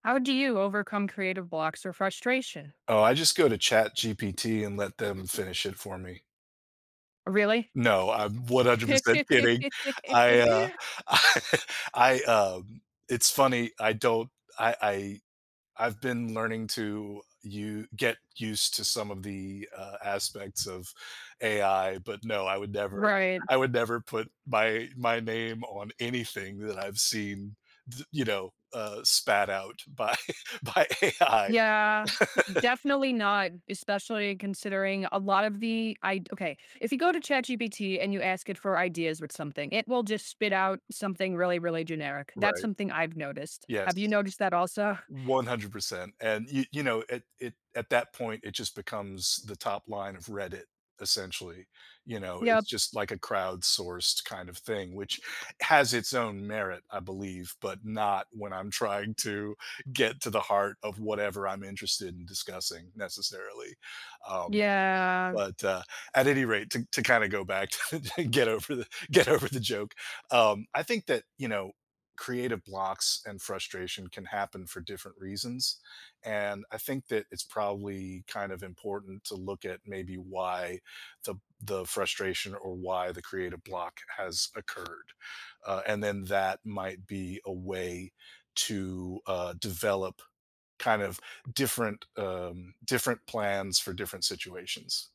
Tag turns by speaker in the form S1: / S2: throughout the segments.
S1: How do you overcome creative blocks or frustration?
S2: Oh, I just go to Chat GPT and let them finish it for me.
S1: Really?
S2: No, I'm 100% kidding. I, uh, I I, um it's funny, I don't I I've been learning to you get used to some of the, aspects of AI. But no,
S1: Right.
S2: I would never put my name on anything that I've seen, spat out by by AI.
S1: Yeah, definitely not, especially considering a lot of the I okay, if you go to ChatGPT and you ask it for ideas with something, it will just spit out something really, really generic. That's
S2: Right.
S1: something I've noticed. Have you
S2: Yes.
S1: noticed that also?
S2: 100%. And it at that point, it just becomes the top line of Reddit essentially. You know, it's
S1: Yep.
S2: just like a crowdsourced kind of thing, which has its own merit, I believe, but not when I'm trying to get to the heart of whatever I'm interested in discussing necessarily. Um
S1: Yeah.
S2: but at any rate, to kinda go back to get over the joke. I think that, you know, creative blocks and frustration can happen for different reasons, and I think that it's probably kind of important to look at maybe why the frustration or why the creative block has occurred, and then that might be a way to, develop kind of different plans for different situations.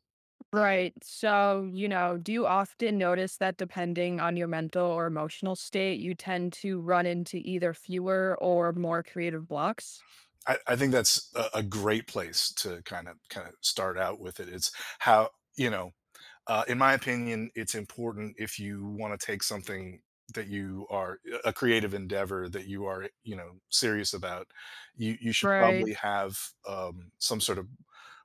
S1: Right. So, you know, do you often notice that depending on your mental or emotional state, you tend to run into either fewer or more creative blocks?
S2: I think that's a great place to kind of start out with it. It's how you know, in my opinion, it's important. If you want to take something that you are a creative endeavor that you are, you know, serious about, you should
S1: Right.
S2: probably have some sort of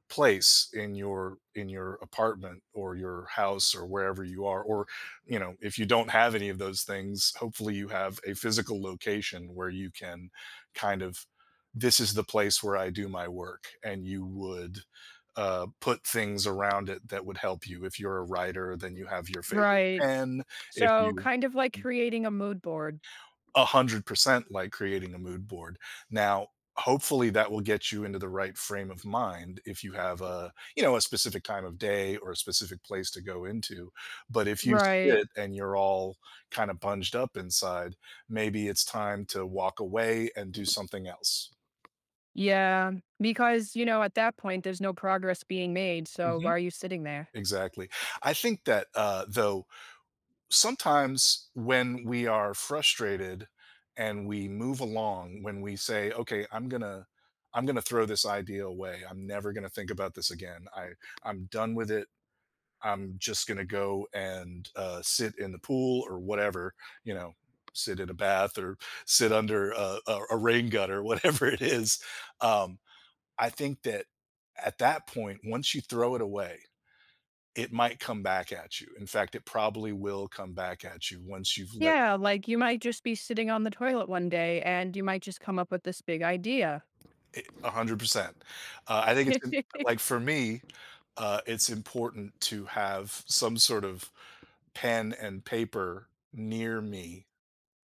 S2: place in your apartment or your house or wherever you are. Or, you know, if you don't have any of those things, hopefully you have a physical location where you can kind of, this is the place where I do my work. And you would put things around it that would help you. If you're a writer, then you have your favorite
S1: Right.
S2: pen. If
S1: So,
S2: you
S1: kind of like creating a mood board.
S2: 100% like creating a mood board. Now, hopefully that will get you into the right frame of mind if you have a, you know, a specific time of day or a specific place to go into. But if you
S1: Right.
S2: sit and you're all kind of bunged up inside, maybe it's time to walk away and do something else.
S1: Yeah. Because, you know, at that point, there's no progress being made. So, why
S2: Mhm.
S1: are you sitting there?
S2: Exactly. I think that though sometimes when we are frustrated and we move along, when we say, okay, I'm going to throw this idea away, I'm never going to think about this again. I'm done with it. I'm just going to go and sit in the pool or whatever, you know, sit in a bath or sit under a rain gutter, whatever it is. um, I think that at that point, once you throw it away, it might come back at you. In fact, it probably will come back at you once you've let
S1: Yeah. Like you might just be sitting on the toilet one day and you might just come up with this big idea.
S2: it. 100%. I think it's, im like, for me, it's important to have some sort of pen and paper near me,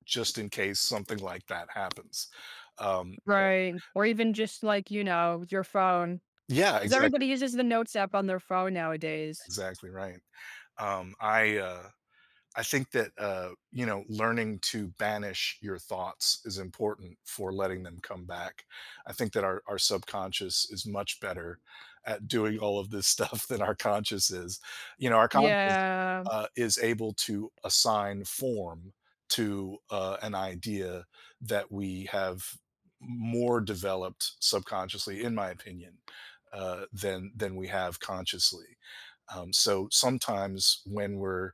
S2: just in case something like that happens. Um,
S1: Right. Or even just like, you know, your phone.
S2: yeah,
S1: 'Cause
S2: exactly,
S1: everybody uses the notes app on their phone nowadays.
S2: exactly right. Um, I, uh I think that, you know, learning to banish your thoughts is important for letting them come back. I think that our subconscious is much better at doing all of this stuff than our conscious is. You know, our conscious
S1: Yeah.
S2: is able to assign form to an idea that we have more developed subconsciously, in my opinion, than we have consciously. So sometimes when we're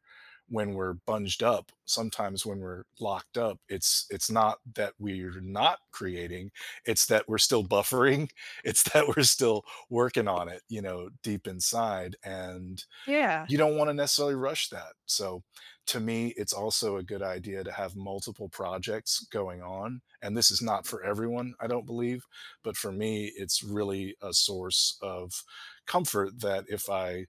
S2: when we're bunged up, sometimes when we're locked up, it's not that we're not creating. It's that we're still buffering. It's that we're still working on it, you know, deep inside. And
S1: Yeah.
S2: you don't want to necessarily rush that. So, to me, it's also a good idea to have multiple projects going on, and this is not for everyone, I don't believe. But for me, it's really a source of comfort that if I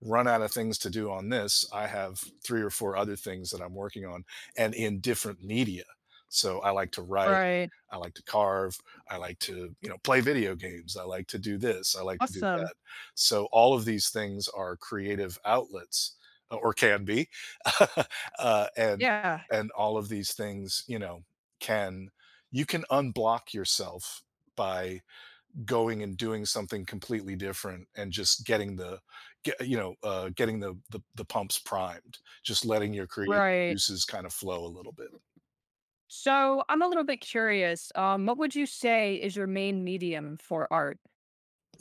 S2: run out of things to do on this, I have three or four other things that I'm working on, and in different media. So I like to write,
S1: Right.
S2: I like to carve, I like to, you know, play video games, I like to do this, I like to do
S1: Awesome.
S2: that. So all of these things are creative outlets, or can be. uh, and
S1: Yeah.
S2: and all of these things, you know, can you can unblock yourself by going and doing something completely different and just getting the, getting the pumps primed, just letting your creative
S1: Right.
S2: juices kind of flow a little bit.
S1: So, I'm a little bit curious, what would you say is your main medium for art?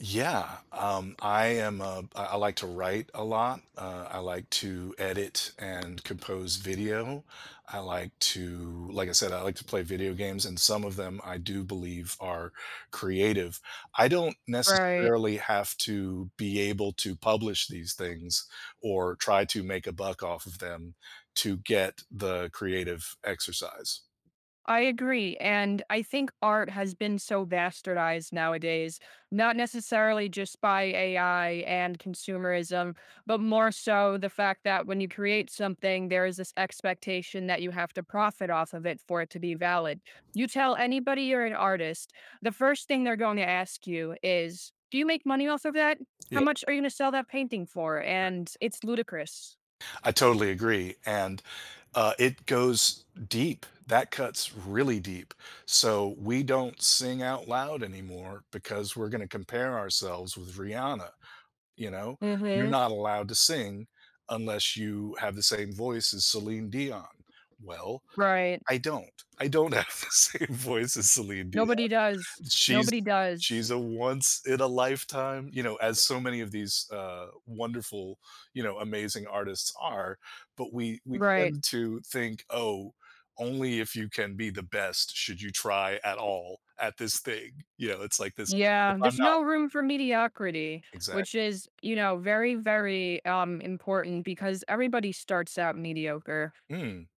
S2: Yeah, I am. A, I like to write a lot. I like to edit and compose video. I like to, like I said, I like to play video games, and some of them I do believe are creative. I don't
S1: Right.
S2: necessarily have to be able to publish these things or try to make a buck off of them to get the creative exercise.
S1: I agree. And I think art has been so bastardized nowadays, not necessarily just by AI and consumerism, but more so the fact that when you create something, there is this expectation that you have to profit off of it for it to be valid. You tell anybody you're an artist, the first thing they're going to ask you is, do you make money off of that? How
S2: Yeah.
S1: much are you going to sell that painting for? And it's ludicrous.
S2: I totally agree. And it goes deep. That cuts really deep. So we don't sing out loud anymore because we're going to compare ourselves with Rihanna. You know, you're
S1: Hmm.
S2: not allowed to sing unless you have the same voice as Celine Dion. Well,
S1: Right.
S2: I don't. I don't have the same voice as Celine
S1: Nobody
S2: Dion.
S1: does.
S2: She's
S1: Nobody
S2: she's
S1: does.
S2: a once in a lifetime, you know, as so many of these, wonderful, you know, amazing artists are. But we
S1: Right.
S2: tend to think, "Oh, only if you can be the best should you try at all at this thing." You know, it's like this, "If
S1: Yeah,
S2: I'm
S1: there's
S2: not,"
S1: no room for mediocrity,
S2: exact.
S1: which is, you know, very, very important because everybody starts out mediocre.
S2: Mm,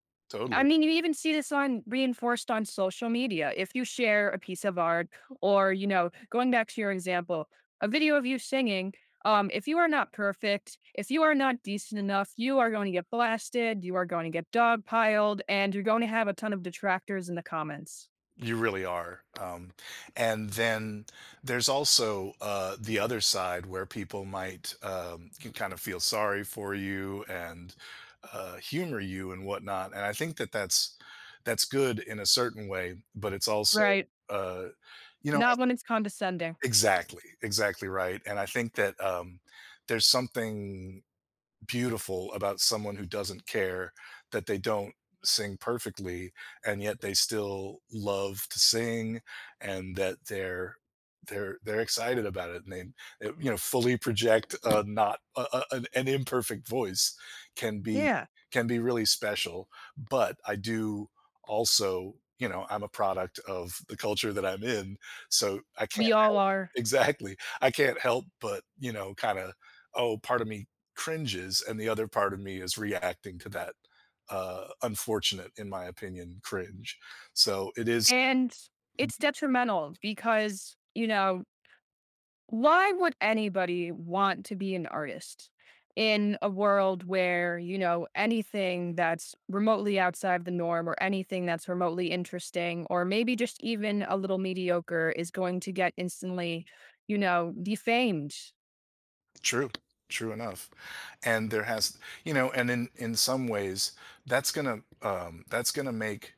S1: I
S2: totally.
S1: mean, you even see this on reinforced on social media. If you share a piece of art or, you know, going back to your example, a video of you singing, if you are not perfect, if you are not decent enough, you are going to get blasted, you are going to get dogpiled, and you're going to have a ton of detractors in the comments.
S2: You really are. And then there's also, the other side where people might, can kind of feel sorry for you and humor you and whatnot. And I think that that's good in a certain way, but it's also,
S1: Right.
S2: uh, you know,
S1: Not when it's condescending.
S2: exactly, exactly right. And I think that, there's something beautiful about someone who doesn't care that they don't sing perfectly, and yet they still love to sing, and that they're excited about it, and they, you know fully project a not a, a- an imperfect voice. Can be,
S1: Yeah.
S2: can be really special. But I do also, I'm a product of the culture that I'm in, so I can't.
S1: We all are.
S2: Exactly. I can't help but, you know, kinda, oh, part of me cringes, and the other part of me is reacting to that, unfortunate, in my opinion, cringe. So, it is.
S1: And it's detrimental because, you know, why would anybody want to be an artist in a world where, you know, anything that's remotely outside the norm or anything that's remotely interesting or maybe just even a little mediocre is going to get instantly, you know, defamed?
S2: True. True enough. And there has, you know, and in some ways, that's gonna make,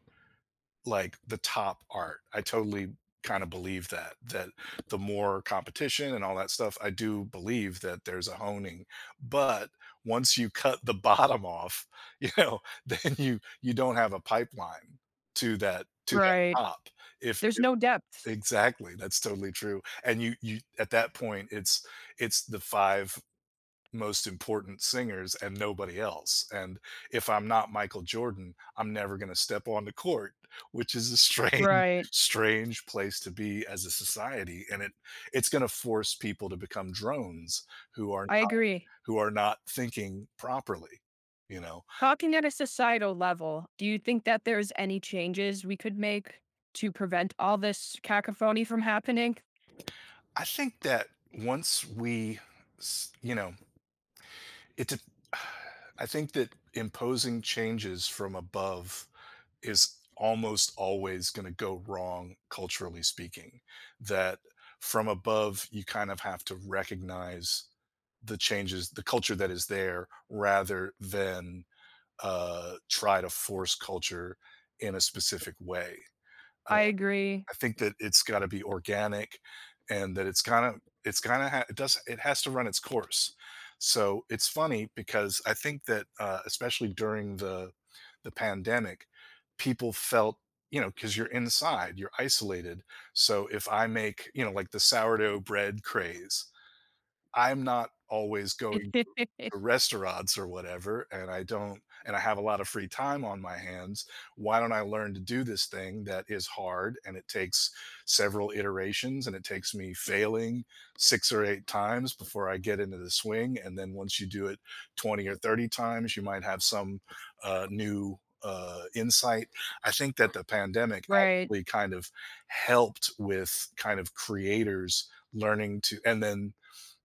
S2: like, the top art. I totally kind of believe that the more competition and all that stuff, I do believe that there's a honing. But once you cut the bottom off, you know, then you don't have a pipeline to that
S1: Right.
S2: top.
S1: There's
S2: If
S1: no depth.
S2: exactly, that's totally true. And you at that point, it's the five most important singers and nobody else. And if I'm not Michael Jordan, I'm never gonna step on the court, which is a strange
S1: Right.
S2: strange place to be as a society, and it's gonna force people to become drones who are
S1: I agree.
S2: who are not thinking properly, you know?
S1: Talking at a societal level, do you think that there's any changes we could make to prevent all this cacophony from happening?
S2: I think that once we, s you know, it dep I think that imposing changes from above is almost always going to go wrong culturally speaking. That from above, you kind of have to recognize the culture that is there, rather than try to force culture in a specific way.
S1: I agree.
S2: I think that it's gotta be organic, and that it's kinda ha it does it has to run its course. So, it's funny, because I think that, especially during the pandemic, people felt, you know, because 'cause you're inside, you're isolated. So, if I make, you know, like, the sourdough bread craze, I'm not always going to restaurants or whatever, and I don't, and I have a lot of free time on my hands. Why don't I learn to do this thing that is hard, and it takes several iterations, and it takes me failing 6 or 8 times before I get into the swing? And then once you do it 20 or 30 times, you might have some new insight. I think that the pandemic
S1: Right,
S2: actually kind of helped with kind of creators learning to. And then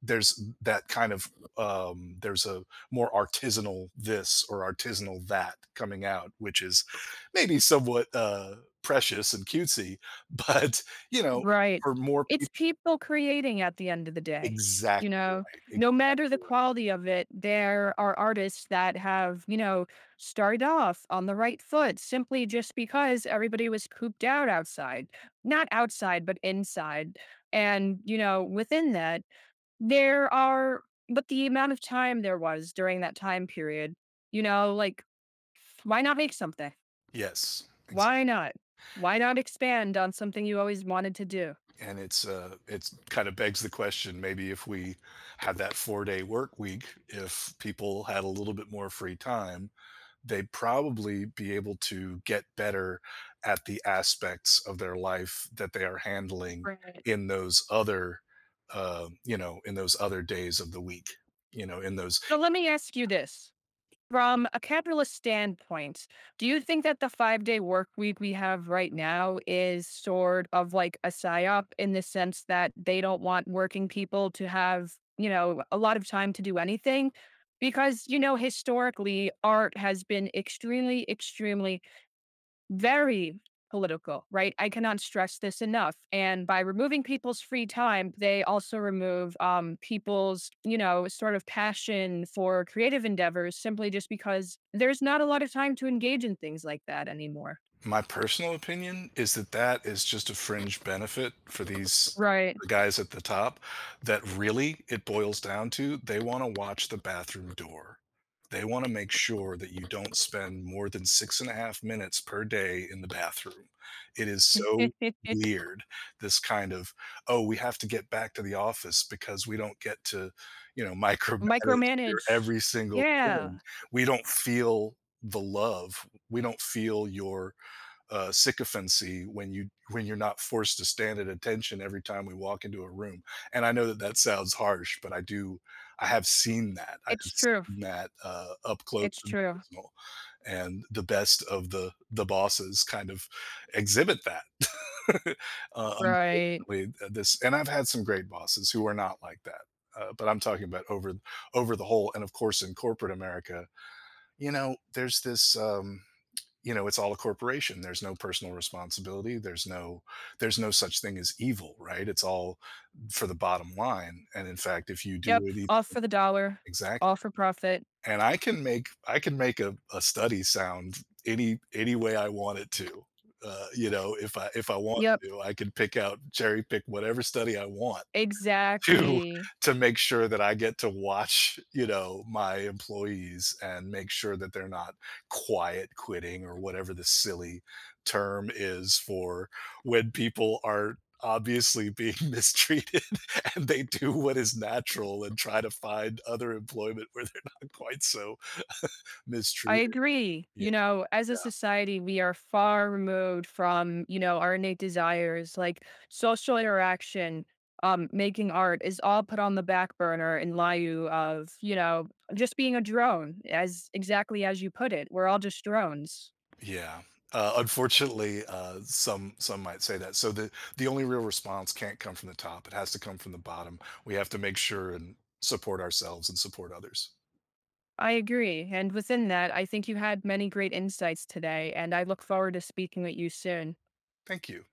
S2: there's, that kind of there's a more artisanal this or artisanal that coming out, which is maybe somewhat precious and cutesy, but you know,
S1: right.
S2: for more
S1: It's
S2: people,
S1: people creating at the end of the day,
S2: exactly
S1: you know?
S2: right. Ex—
S1: No matter the quality of it, there are artists that have, you know, started off on the right foot simply just because everybody was cooped out outside. Not outside, but inside. And, you know, within that, There are but the amount of time there was during that time period, you know, like, why not make something?
S2: Yes, exactly.
S1: Why not? Why not expand on something you always wanted to do?
S2: And it's, it's kind of begs the question, maybe if we had that 4-day work week, if people had a little bit more free time, they'd probably be able to get better at the aspects of their life that they are handling
S1: Right.
S2: in those other, you know, in those other days of the week, you know, in those—
S1: So let me ask you this. From a capitalist standpoint, do you think that the 5-day work week we have right now is sort of like a psyop in the sense that they don't want working people to have, you know, a lot of time to do anything? Because, you know, historically, art has been extremely, extremely very political, right? I cannot stress this enough. And by removing people's free time, they also remove people's, you know, sort of passion for creative endeavors simply just because there's not a lot of time to engage in things like that anymore.
S2: My personal opinion is that that is just a fringe benefit for these
S1: Right.
S2: guys at the top, that really it boils down to, they want to watch the bathroom door. They want to make sure that you don't spend more than 6.5 minutes per day in the bathroom. It is so weird, this kind of, oh, we have to get back to the office because we don't get to, micromanage your
S1: Micromanage.
S2: every single thing.
S1: Yeah,
S2: We don't feel the love. We don't feel your sycophancy when you're not forced to stand at attention every time we walk into a room. And I know that that sounds harsh, but I do. I have seen that. I
S1: it's
S2: have
S1: true.
S2: seen that up close
S1: It's
S2: and
S1: true.
S2: personal. And the best of the bosses kind of exhibit that.
S1: Right.
S2: Unfortunately, this, and I've had some great bosses who are not like that. But I'm talking about over the whole, and of course, in corporate America, you know, there's this. It's all a corporation, there's no personal responsibility, there's no such thing as evil, right? It's all for the bottom line, and in fact, if you do
S1: Yep.
S2: it, e—
S1: All for the dollar,
S2: exactly.
S1: all for profit.
S2: And I can make a study sound any way I want it to. Uh, you know, if I want
S1: Yep.
S2: to, I can, pick out cherry pick whatever study I want, do,
S1: Exactly.
S2: to make sure that I get to watch, you know, my employees and make sure that they're not quiet quitting, or whatever the silly term is for when people are obviously being mistreated, and they do what is natural and try to find other employment where they're not quite so
S1: I
S2: mistreated.
S1: agree.
S2: Yeah.
S1: You know, as a society, we are far removed from, you know, our innate desires, like social interaction, making art is all put on the back burner in lieu of, you know, just being a drone, as exactly as you put it. We're all just drones.
S2: Yeah. Unfortunately, some might say that. So the only real response can't come from the top. It has to come from the bottom. We have to make sure and support ourselves and support others.
S1: I agree. And within that, I think you had many great insights today, and I look forward to speaking with you soon.
S2: Thank you.